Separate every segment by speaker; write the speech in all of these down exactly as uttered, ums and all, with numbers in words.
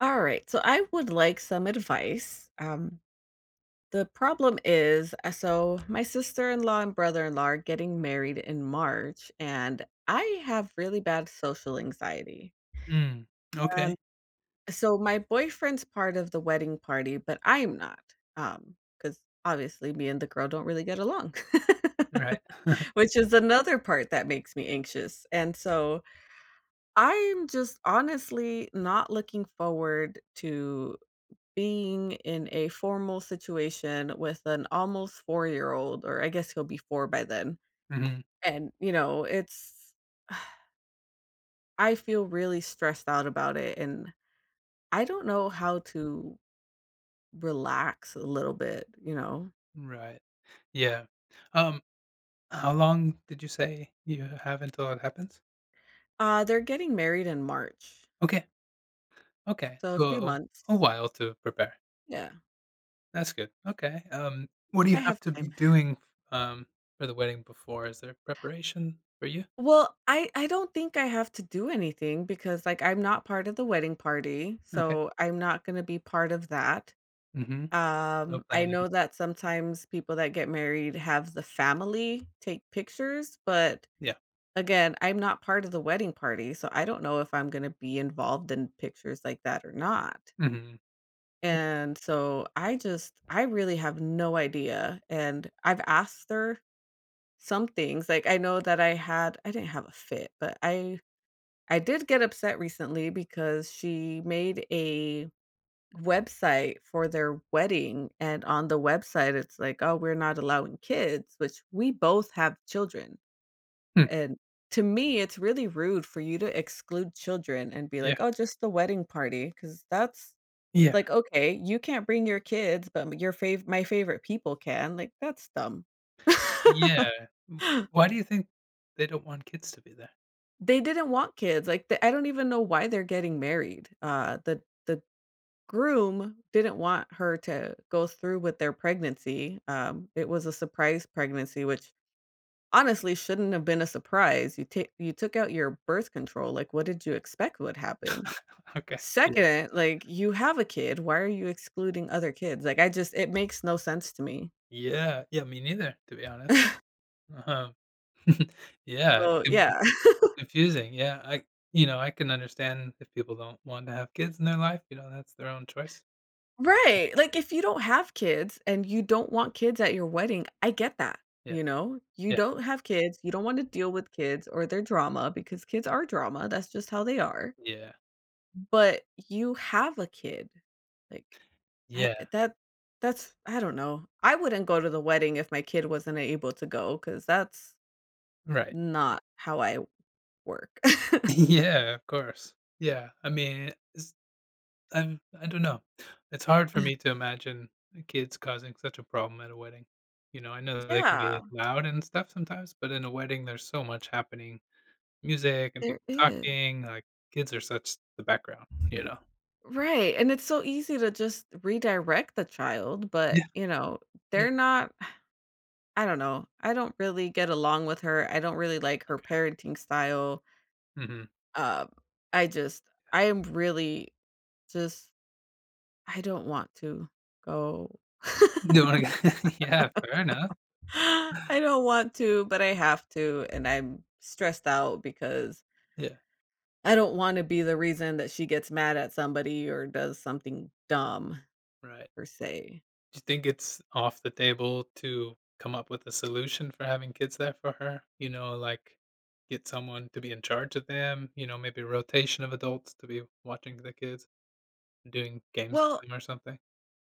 Speaker 1: All right. So I would like some advice. Um, the problem is, uh, so my sister-in-law and brother-in-law are getting married in March, and I have really bad social anxiety.
Speaker 2: Mm. Okay.
Speaker 1: And so my boyfriend's part of the wedding party, but I'm not. Um, because obviously me and the girl don't really get along.
Speaker 2: Right.
Speaker 1: Which
Speaker 2: Okay.
Speaker 1: is another part that makes me anxious. And so I'm just honestly not looking forward to being in a formal situation with an almost four-year-old, or I guess he'll be four by then,
Speaker 2: Mhm.
Speaker 1: and, you know, it's I feel really stressed out about it, and I don't know how to relax a little bit, you know?
Speaker 2: Right. Yeah. Um, how long did you say you have until it happens?
Speaker 1: Uh, they're getting married in March,
Speaker 2: Okay. Okay.
Speaker 1: so a few
Speaker 2: So a, a
Speaker 1: months.
Speaker 2: while to prepare.
Speaker 1: Yeah,
Speaker 2: That's good. Okay. Um, what do
Speaker 1: I
Speaker 2: you have
Speaker 1: have
Speaker 2: to be
Speaker 1: time.
Speaker 2: doing um for the wedding before? Is there preparation for you?
Speaker 1: Well, I I don't think I have to do anything because, like, I'm not part of the wedding party,
Speaker 2: Okay.
Speaker 1: so I'm not gonna be part of that.
Speaker 2: Mm-hmm. No
Speaker 1: Um, I
Speaker 2: planning.
Speaker 1: know that sometimes people that get married have the family take pictures, but
Speaker 2: Yeah.
Speaker 1: again, I'm not part of the wedding party, so I don't know if I'm gonna be involved in pictures like that or not.
Speaker 2: Mm-hmm. Okay.
Speaker 1: And so I just I really have no idea. And I've asked her some things. Like I know that I had I didn't have a fit, but I I did get upset recently because she made a website for their wedding, and on the website, it's like, "Oh, we're not allowing kids," which we both have children,
Speaker 2: Hmm.
Speaker 1: and to me, it's really rude for you to exclude children and be
Speaker 2: Yeah.
Speaker 1: like, "Oh, just the wedding party, because that's
Speaker 2: Yeah.
Speaker 1: like, "Okay, you can't bring your kids, but your fav my favorite people can," like, that's dumb.
Speaker 2: Yeah. W- Why do you think they don't want kids to be there?
Speaker 1: They didn't want kids, like, the I don't even know why they're getting married, uh, the the groom didn't want her to go through with their pregnancy. Um, it was a surprise pregnancy, which honestly shouldn't have been a surprise. You take you took out your birth control. Like, what did you expect would happen?
Speaker 2: Okay. Yeah.
Speaker 1: Second, like you have a kid. Why are you excluding other kids? Like, I just it makes no sense to me.
Speaker 2: Yeah. Yeah, me neither, to be honest. Uh-huh. Yeah, it's
Speaker 1: So
Speaker 2: con
Speaker 1: yeah,
Speaker 2: confusing, yeah, I you know, I can understand if people don't want to have kids in their life, you know, that's their own choice.
Speaker 1: right, like, if you don't have kids and you don't want kids at your wedding, I get that,
Speaker 2: Yeah,
Speaker 1: you know? You
Speaker 2: yeah,
Speaker 1: don't have kids, you don't wanna deal with kids or their drama because kids are drama, that's just how they are,
Speaker 2: yeah,
Speaker 1: but you have a kid, like, I
Speaker 2: yeah,
Speaker 1: that that's I don't know. I wouldn't go to the wedding if my kid wasn't able to go because that's
Speaker 2: right.
Speaker 1: not how I work.
Speaker 2: Yeah, of course. Yeah, I mean, it's I'm I don't know. It's hard for me to imagine kids causing such a problem at a wedding. You know, I know they can
Speaker 1: Yeah,
Speaker 2: be loud and stuff sometimes, but in a wedding, there's so much happening, music and
Speaker 1: there
Speaker 2: people
Speaker 1: is.
Speaker 2: talking, like, kids are such the background, you know?
Speaker 1: Right, and it's so easy to just redirect the child, but,
Speaker 2: Yeah,
Speaker 1: you know,
Speaker 2: yeah,
Speaker 1: they're not I don't know, I don't really get along with her, I don't really like her
Speaker 2: okay,
Speaker 1: parenting style,
Speaker 2: mhm.
Speaker 1: um, I just I am really just I don't want to go.
Speaker 2: You wanna go. Yeah, fair enough.
Speaker 1: I don't want to, but I have to, and I'm stressed out because
Speaker 2: Yeah,
Speaker 1: I don't wanna be the reason that she gets mad at somebody or does something dumb,
Speaker 2: right.
Speaker 1: per se.
Speaker 2: Do you think it's off the table to come up with a solution for having kids there for her? You know, like, get someone to be in charge of them, you know, maybe a rotation of adults to be watching the kids, doing games with
Speaker 1: Well,
Speaker 2: them or something?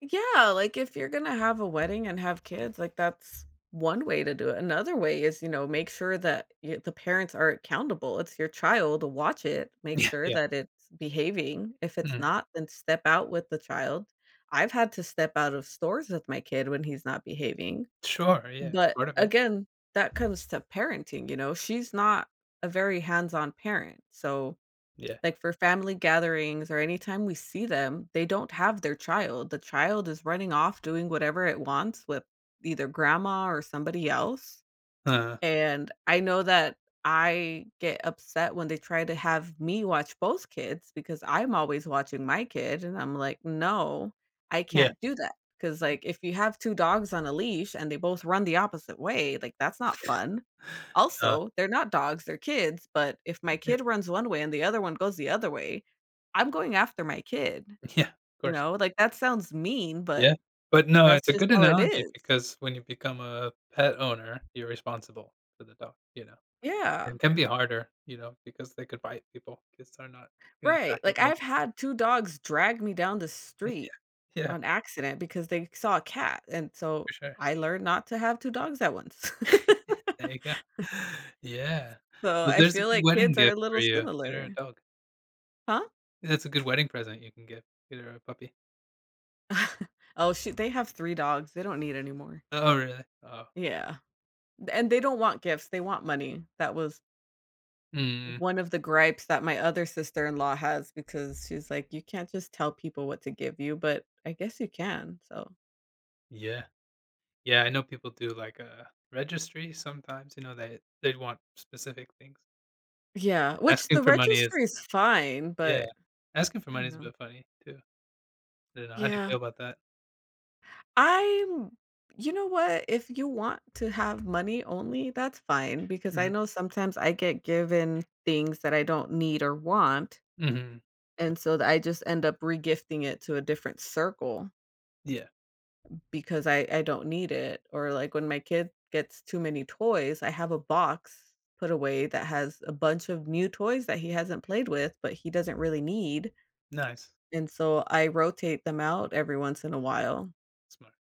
Speaker 1: yeah, like, if you're gonna have a wedding and have kids, like, that's one way to do it. Another way is, you know, make sure that y the parents are accountable. It's your child, watch it, make
Speaker 2: Yeah,
Speaker 1: sure
Speaker 2: yeah.
Speaker 1: that it's behaving. If it's
Speaker 2: Mm.
Speaker 1: not, then step out with the child. I've had to step out of stores with my kid when he's not behaving,
Speaker 2: Sure, yeah, that's
Speaker 1: but,
Speaker 2: part of it.
Speaker 1: again, that comes to parenting, you know? She's not a very hands-on parent, so
Speaker 2: Yeah.
Speaker 1: like, for family gatherings or anytime we see them, they don't have their child. The child is running off doing whatever it wants with either grandma or somebody else.
Speaker 2: uh
Speaker 1: And I know that I get upset when they try to have me watch both kids because I'm always watching my kid, and I'm like, "No, I
Speaker 2: Yeah,
Speaker 1: can't do that. Because like, if you have two dogs on a leash and they both run the opposite way, like, that's not fun.
Speaker 2: no,
Speaker 1: Also, they're not dogs, they're kids, but if my
Speaker 2: yeah,
Speaker 1: kid runs one way and the other one goes the other way, I'm going after my kid,
Speaker 2: yeah, of
Speaker 1: you
Speaker 2: course.
Speaker 1: know? Like, that sounds mean, but
Speaker 2: Yeah. But no, it's
Speaker 1: that's
Speaker 2: a
Speaker 1: just
Speaker 2: good
Speaker 1: how it
Speaker 2: analogy
Speaker 1: is.
Speaker 2: because when you become a pet owner, you're responsible for the dog, you know?
Speaker 1: Yeah.
Speaker 2: It can be harder, you know, because they could bite people. Kids are not gonna
Speaker 1: Right,
Speaker 2: attack
Speaker 1: like,
Speaker 2: anyone.
Speaker 1: I've had two dogs drag me down the street
Speaker 2: Yeah, yeah,
Speaker 1: on accident because they saw a cat, and so
Speaker 2: for sure.
Speaker 1: I learned not to have two dogs at once.
Speaker 2: There you go. Yeah.
Speaker 1: So,
Speaker 2: Well,
Speaker 1: I
Speaker 2: there's a
Speaker 1: feel
Speaker 2: good
Speaker 1: like
Speaker 2: wedding
Speaker 1: kids are a
Speaker 2: gift for
Speaker 1: little
Speaker 2: you. Get her a
Speaker 1: similar.
Speaker 2: dog.
Speaker 1: Huh?
Speaker 2: That's a good wedding present you can give. Get her a puppy.
Speaker 1: Oh, shoot, they have three dogs, they don't need any more.
Speaker 2: Oh, really? Oh.
Speaker 1: Yeah, and they don't want gifts, they want money. That was
Speaker 2: Mm.
Speaker 1: one of the gripes that my other sister-in-law has because she's like, "You can't just tell people what to give you," but I guess you can, so
Speaker 2: Yeah. Yeah, I know people do, like, a registry sometimes, you know, they they want specific things.
Speaker 1: yeah, which
Speaker 2: Asking
Speaker 1: the
Speaker 2: for money is
Speaker 1: registry is fine,
Speaker 2: Yeah.
Speaker 1: but
Speaker 2: Asking for
Speaker 1: I
Speaker 2: money is a
Speaker 1: know.
Speaker 2: bit funny too. I don't know, how do you
Speaker 1: Yeah.
Speaker 2: feel about that?
Speaker 1: I'm You know what? If you want to have money only, that's fine because I
Speaker 2: Mhm.
Speaker 1: know sometimes I get given things that I don't need or want.
Speaker 2: Mhm.
Speaker 1: And so th- I just end up regifting it to a different circle
Speaker 2: Yeah.
Speaker 1: because I, I don't need it. Or like when my kid gets too many toys, I have a box put away that has a bunch of new toys that he hasn't played with, but he doesn't really need.
Speaker 2: Nice.
Speaker 1: And so I rotate them out every once in a while
Speaker 2: Smart.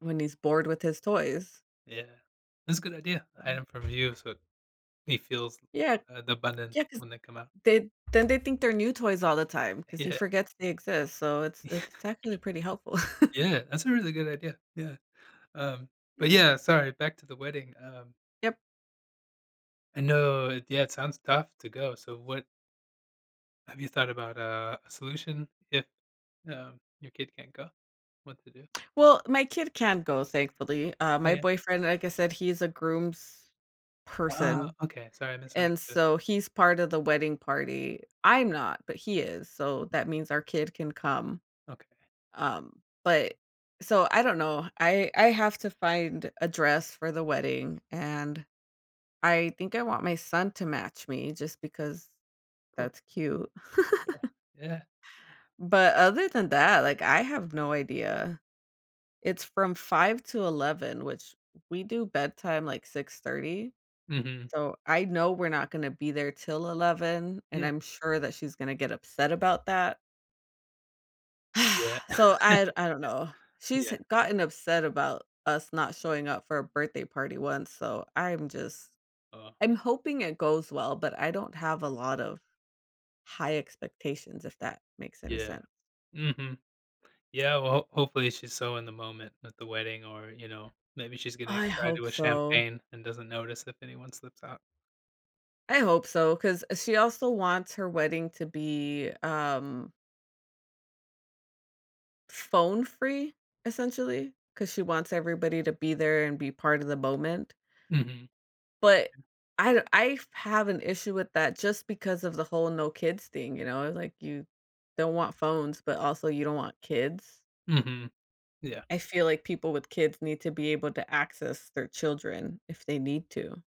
Speaker 1: when he's bored with his toys.
Speaker 2: Yeah. That's a good idea.
Speaker 1: Uh,
Speaker 2: Hide them from view so he feels,
Speaker 1: yeah,
Speaker 2: uh, the
Speaker 1: yeah,
Speaker 2: abundance
Speaker 1: because
Speaker 2: when they come out.
Speaker 1: they then they think they're new toys all the time because he
Speaker 2: Yeah.
Speaker 1: forgets they exist, so it's
Speaker 2: Yeah,
Speaker 1: it's
Speaker 2: for
Speaker 1: actually
Speaker 2: sure.
Speaker 1: pretty helpful.
Speaker 2: Yeah, that's a really good idea. Yeah. Um, but
Speaker 1: Yeah.
Speaker 2: yeah, sorry, back to the wedding. Um,
Speaker 1: Yep.
Speaker 2: I know it yeah, it sounds tough to go. So what have you thought about, uh, a solution if, um, your kid can't go? What to do?
Speaker 1: Well, my kid can go, thankfully. Uh,
Speaker 2: Oh,
Speaker 1: my
Speaker 2: yeah.
Speaker 1: boyfriend, like I said, he's a groom's
Speaker 2: Ah,
Speaker 1: person,
Speaker 2: okay. Sorry, I
Speaker 1: and
Speaker 2: misunderstood.
Speaker 1: so he's part of the wedding party. I'm not, but he is, so that means our kid can come.
Speaker 2: Okay,
Speaker 1: Um, but so I don't know. I I have to find a dress for the wedding, and I think I want my son to match me just because
Speaker 2: cool.
Speaker 1: that's cute.
Speaker 2: Yeah.
Speaker 1: But other than that, like, I have no idea. It's from five to eleven, which we do bedtime, like, six thirty,
Speaker 2: Mhm.
Speaker 1: so I know we're not gonna be there till eleven, and
Speaker 2: Yeah.
Speaker 1: I'm sure that she's gonna get upset about that.
Speaker 2: Yeah.
Speaker 1: So I I don't
Speaker 2: Yeah.
Speaker 1: know. She's
Speaker 2: Yeah.
Speaker 1: gotten upset about us not showing up for a birthday party once, so I'm just
Speaker 2: Oh,
Speaker 1: I'm hoping it goes well, but I don't have a lot of high expectations, if that makes any
Speaker 2: yeah.
Speaker 1: sense.
Speaker 2: Mhm. Yeah, well, ho hopefully she's so in the moment at the wedding or, you know, maybe she's getting
Speaker 1: I
Speaker 2: excited
Speaker 1: hope
Speaker 2: with
Speaker 1: so.
Speaker 2: champagne and doesn't notice if anyone slips out.
Speaker 1: I hope so, because she also wants her wedding to be, um, phone free, essentially, because she wants everybody to be there and be part of the moment,
Speaker 2: Mhm,
Speaker 1: but I d I f have an issue with that just because of the whole no kids thing, you know, like, you don't want phones, but also you don't want kids.
Speaker 2: mhm, yeah,
Speaker 1: I feel like people with kids need to be able to access their children if they need to.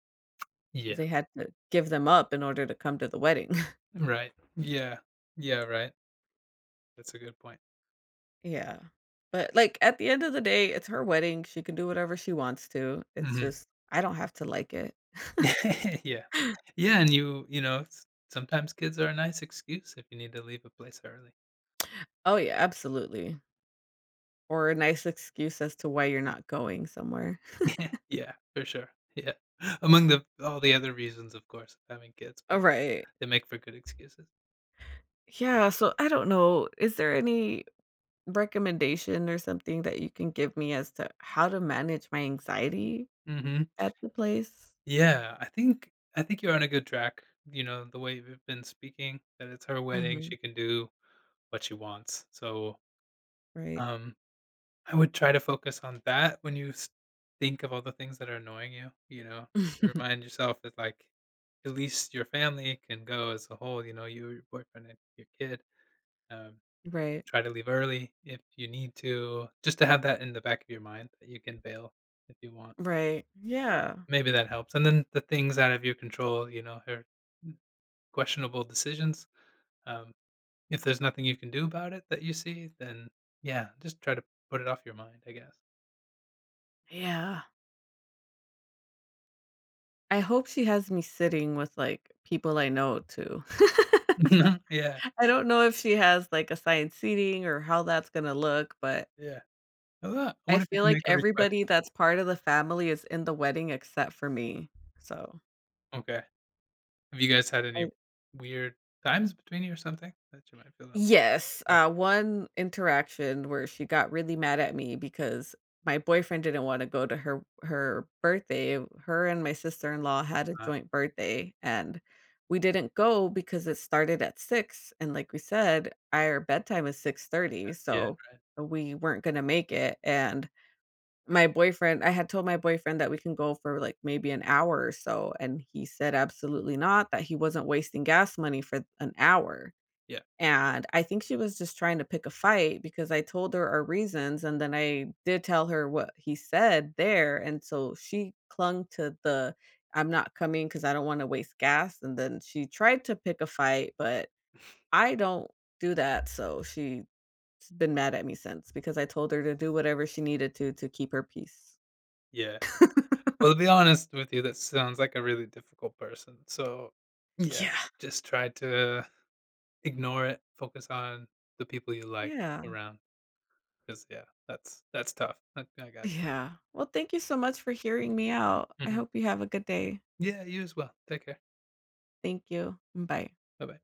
Speaker 1: 'Cause
Speaker 2: yeah,
Speaker 1: they had to give them up in order to come to the wedding.
Speaker 2: right, yeah, yeah, right, that's a good point.
Speaker 1: Yeah. But, like, at the end of the day, it's her wedding, she can do whatever she wants to, it's
Speaker 2: Mhm.
Speaker 1: just I don't have to like it.
Speaker 2: Yeah, yeah, and you you know, s sometimes kids are a nice excuse if you need to leave a place early.
Speaker 1: Oh, yeah, absolutely. Or a nice excuse as to why you're not going somewhere.
Speaker 2: Yeah, for sure, yeah, among the all the other reasons, of course, of having kids,
Speaker 1: All
Speaker 2: but
Speaker 1: right.
Speaker 2: they make for good excuses.
Speaker 1: Yeah, so I don't know, is there any recommendation or something that you can give me as to how to manage my anxiety
Speaker 2: Mhm.
Speaker 1: at the place?
Speaker 2: Yeah, I think I think you're on a good track, you know, the way we've been speaking, that it's her wedding,
Speaker 1: Mhm.
Speaker 2: she can do what she wants, so,
Speaker 1: Right.
Speaker 2: um, I would try to focus on that when you s think of all the things that are annoying you, you know? Remind yourself that, like, at least your family can go as a whole, you know, you, your boyfriend, and your kid, um,
Speaker 1: Right.
Speaker 2: try to leave early if you need to, just to have that in the back of your mind that you can bail if you want,
Speaker 1: Right.
Speaker 2: um,
Speaker 1: Yeah.
Speaker 2: maybe that helps, and then the things out of your control, you know, her questionable decisions. Um, if there's nothing you can do about it that you see, then yeah, just try to put it off your mind, I guess.
Speaker 1: Yeah. I hope she has me sitting with, like, people I know too.
Speaker 2: Mhm. Yeah,
Speaker 1: I don't know if she has, like, assigned seating or how that's gonna look, but
Speaker 2: yeah. I lo I
Speaker 1: I
Speaker 2: wonder if you
Speaker 1: feel
Speaker 2: can
Speaker 1: like
Speaker 2: make a request.
Speaker 1: everybody that's part of the family is in the wedding except for me, so
Speaker 2: Okay. Have you guys had any
Speaker 1: I
Speaker 2: weird times between you or something that you might feel that way?
Speaker 1: yes,
Speaker 2: Like,
Speaker 1: uh, one interaction where she got really mad at me because my boyfriend didn't wanna go to her her birthday. Her and my sister-in-law had a
Speaker 2: uh,
Speaker 1: joint birthday, and we didn't go because it started at six. And like we said, our bedtime is six thirty,
Speaker 2: yeah,
Speaker 1: so we weren't gonna make it, and my boyfriend I had told my boyfriend that we can go for, like, maybe an hour or so, and he said absolutely not, that he wasn't wasting gas money for an hour.
Speaker 2: yeah,
Speaker 1: And I think she was just trying to pick a fight because I told her our reasons, and then I did tell her what he said there, and so she clung to the, "I'm not coming 'cause I am not coming" because I wanna waste gas," and then she tried to pick a fight, but I don't do that, so she's been mad at me since because I told her to do whatever she needed to to keep her peace.
Speaker 2: yeah. Well, to be honest with you, that sounds like a really difficult person, so yeah,
Speaker 1: Yeah.
Speaker 2: just try to ignore it, focus on the people you like
Speaker 1: Yeah.
Speaker 2: around. Because yeah, that's that's tough. I I gotcha.
Speaker 1: Yeah. Well, thank you so much for hearing me out. I
Speaker 2: Mhm.
Speaker 1: hope you have a good day.
Speaker 2: Yeah, you as well. Take care.
Speaker 1: Thank you. Bye.
Speaker 2: Bye bye.